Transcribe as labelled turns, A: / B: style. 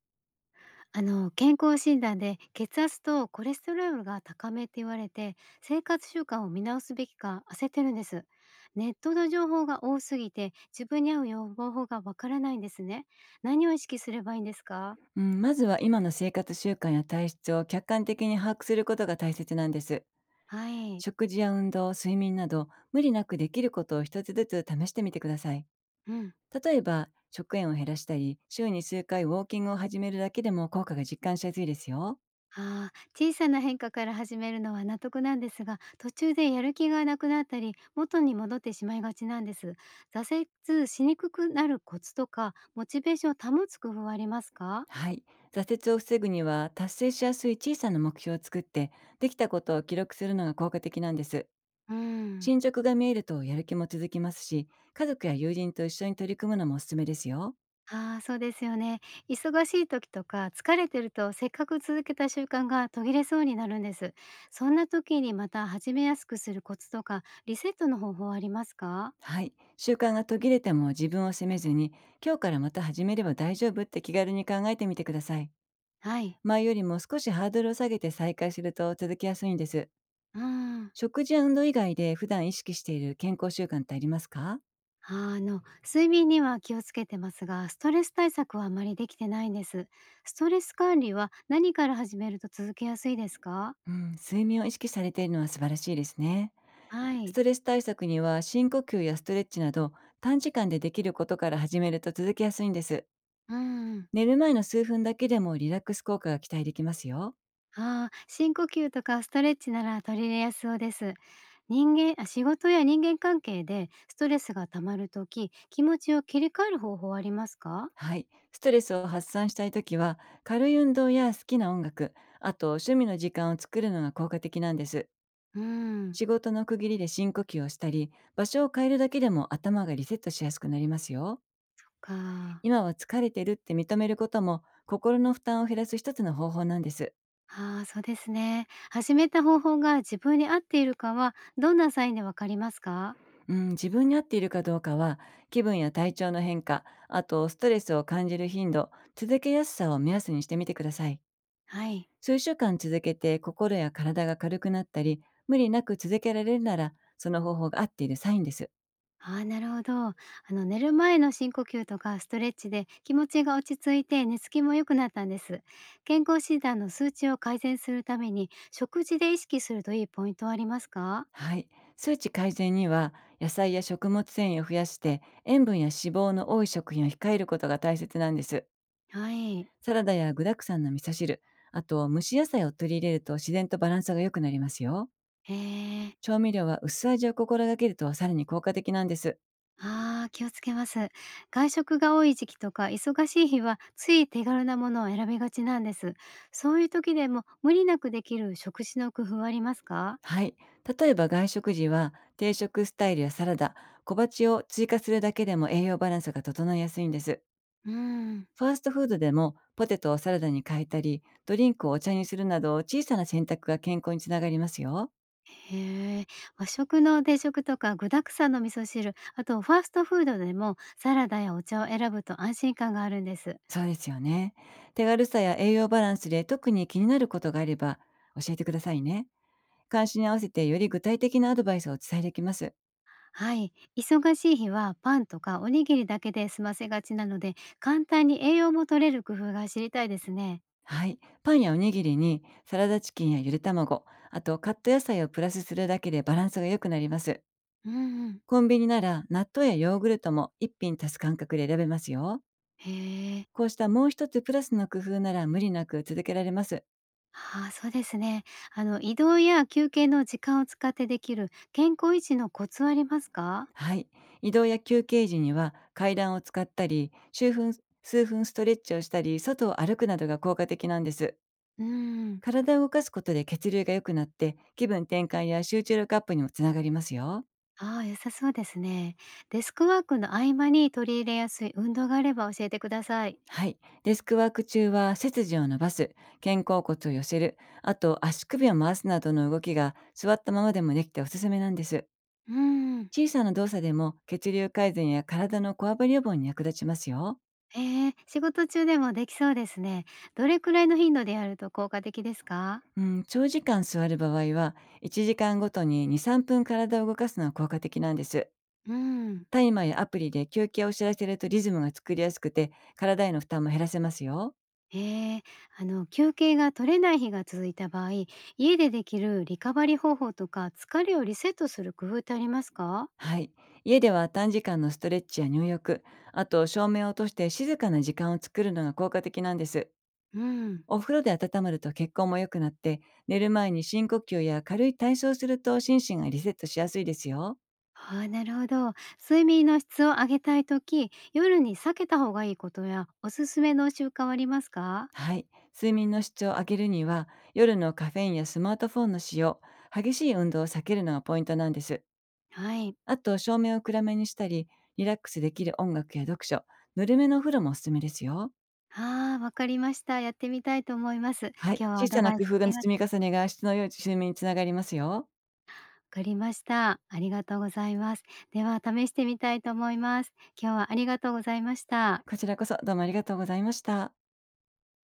A: 健康診断で血圧とコレステロールが高めって言われて、生活習慣を見直すべきか焦ってるんです。ネットの情報が多すぎて、自分に合う予防法がわからないんですね。何を意識すればいいんですか？
B: うん、まずは今の生活習慣や体質を客観的に把握することが大切なんです。
A: はい。
B: 食事や運動、睡眠など無理なくできることを一つずつ試してみてください。
A: うん。
B: 例えば、食塩を減らしたり、週に数回ウォーキングを始めるだけでも効果が実感しやすいですよ。
A: あ小さな変化から始めるのは納得なんですが、途中でやる気がなくなったり元に戻ってしまいがちなんです。挫折しにくくなるコツとか、モチベーションを保つ工夫はありますか？
B: はい。挫折を防ぐには、達成しやすい小さな目標を作って、できたことを記録するのが効果的なんです。
A: うん。
B: 進捗が見えるとやる気も続きますし、家族や友人と一緒に取り組むのもおすすめですよ。
A: ああ、そうですよね。忙しい時とか疲れてると、せっかく続けた習慣が途切れそうになるんです。そんな時にまた始めやすくするコツとか、リセットの方法はありますか？
B: はい。習慣が途切れても自分を責めずに、今日からまた始めれば大丈夫って気軽に考えてみてください。
A: はい。
B: 前よりも少しハードルを下げて再開すると続きやすいんです。
A: うん。
B: 食事や運動以外で普段意識している健康習慣ってありますか？
A: あの、睡眠には気をつけてますが、ストレス対策はあまりできてないんです。ストレス管理は何から始めると続けやすいですか？
B: うん、睡眠を意識されているのは素晴らしいですね。
A: は
B: ス
A: い。
B: トレス対策には深呼吸やストレッチなど短時間でできることから始めると続きやすいんです。
A: うん。
B: 寝る前の数分だけでもリラックス効果が期待できますよ。
A: ああ、深呼吸とかストレッチなら取り入れやすそうです。人間、あ、仕事や人間関係でストレスが溜まるとき、気持ちを切り替える方法はありますか？
B: はい。ストレスを発散したいときは、軽い運動や好きな音楽、あと趣味の時間を作るのが効果的なんです。
A: うーん、
B: 仕事の区切りで深呼吸をしたり、場所を変えるだけでも頭がリセットしやすくなりますよ。
A: か。
B: 今は疲れてるって認めることも、心の負担を減らす一つの方法なんです。
A: ああ、そうですね。始めた方法が自分に合っているかは、どんなサインでわかりますか？
B: うん、自分に合っているかどうかは、気分や体調の変化、あとストレスを感じる頻度、続けやすさを目安にしてみてください。
A: はい。
B: 数週間続けて心や体が軽くなったり、無理なく続けられるなら、その方法が合っているサインです。
A: ああ、なるほど。あの、寝る前の深呼吸とかストレッチで気持ちが落ち着いて、寝つきも良くなったんです。健康診断の数値を改善するために、食事で意識するといいポイントはありますか？
B: はい。数値改善には、野菜や食物繊維を増やして、塩分や脂肪の多い食品を控えることが大切なんです。
A: はい。
B: サラダや具沢山の味噌汁、あと蒸し野菜を取り入れると自然とバランスが良くなりますよ。
A: へえー。
B: 調味料は薄味を心がけるとさらに効果的なんです。
A: ああ、気をつけます。外食が多い時期とか忙しい日は、つい手軽なものを選びがちなんです。そういう時でも無理なくできる食事の工夫はありますか？
B: はい。例えば外食時は定食スタイルやサラダ、小鉢を追加するだけでも栄養バランスが整いやすいんです。
A: うん。
B: ファーストフードでもポテトをサラダに変えたり、ドリンクをお茶にするなど小さな選択が健康につながりますよ。
A: へえ、和食の定食とか具沢山の味噌汁、あとファーストフードでもサラダやお茶を選ぶと安心感があるんです。
B: そうですよね。手軽さや栄養バランスで特に気になることがあれば教えてくださいね。関心に合わせてより具体的なアドバイスをお伝えできます。
A: はい。忙しい日はパンとかおにぎりだけで済ませがちなので、簡単に栄養も取れる工夫が知りたいですね。
B: はい。パンやおにぎりにサラダチキンやゆで卵、あとカット野菜をプラスするだけでバランスが良くなります。
A: うんうん。
B: コンビニなら納豆やヨーグルトも一品足す感覚で選べますよ。
A: へえ。
B: こうしたもう一つプラスの工夫なら無理なく続けられます。
A: ああ、そうですね。あの、移動や休憩の時間を使ってできる健康維持のコツはありますか？
B: はい。移動や休憩時には階段を使ったり、数分ストレッチをしたり、外を歩くなどが効果的なんです。
A: うん。
B: 体を動かすことで血流が良くなって、気分転換や集中力アップにもつながりますよ。
A: ああ、良さそうですね。デスクワークの合間に取り入れやすい運動があれば教えてください。
B: はい。デスクワーク中は背筋を伸ばす、肩甲骨を寄せる、あと足首を回すなどの動きが座ったままでもできておすすめなんです。
A: うーん。
B: 小さな動作でも血流改善や体のこわばり予防に役立ちますよ。
A: ええ、仕事中でもできそうですね。どれくらいの頻度でやると効果的ですか？
B: うん、長時間座る場合は1時間ごとに2、3分体を動かすのは効果的なんです。
A: うん。
B: タイマーやアプリで休憩を知らせるとリズムが作りやすくて体への負担も減らせますよ。
A: ええ、あの、休憩が取れない日が続いた場合、家でできるリカバリー方法とか、疲れをリセットする工夫ってありますか？
B: はい。家では短時間のストレッチや入浴、あと照明を落として静かな時間を作るのが効果的なんです。
A: うん。
B: お風呂で温まると血行も良くなって、寝る前に深呼吸や軽い体操をすると心身がリセットしやすいですよ。
A: ああ、なるほど。睡眠の質を上げたい時、夜に避けた方がいいことやおすすめの習慣はありますか？
B: はい。睡眠の質を上げるには、夜のカフェインやスマートフォンの使用、激しい運動を避けるのがポイントなんです。
A: はい。
B: あと、照明を暗めにしたり、リラックスできる音楽や読書、ぬるめのお風呂もおすすめですよ。
A: ああ、わかりました。やってみたいと思います。
B: はい。
A: 今日はア
B: 小
A: ド
B: さ
A: バ
B: な
A: イ
B: 工
A: スあ
B: 夫の
A: りが
B: 積み重ねが質の良い睡眠につながりますよ。
A: かりました。ありがとうございます。では試してみたいと思います。今日はありがとうございました。
B: こちらこそどうもありがとうございました。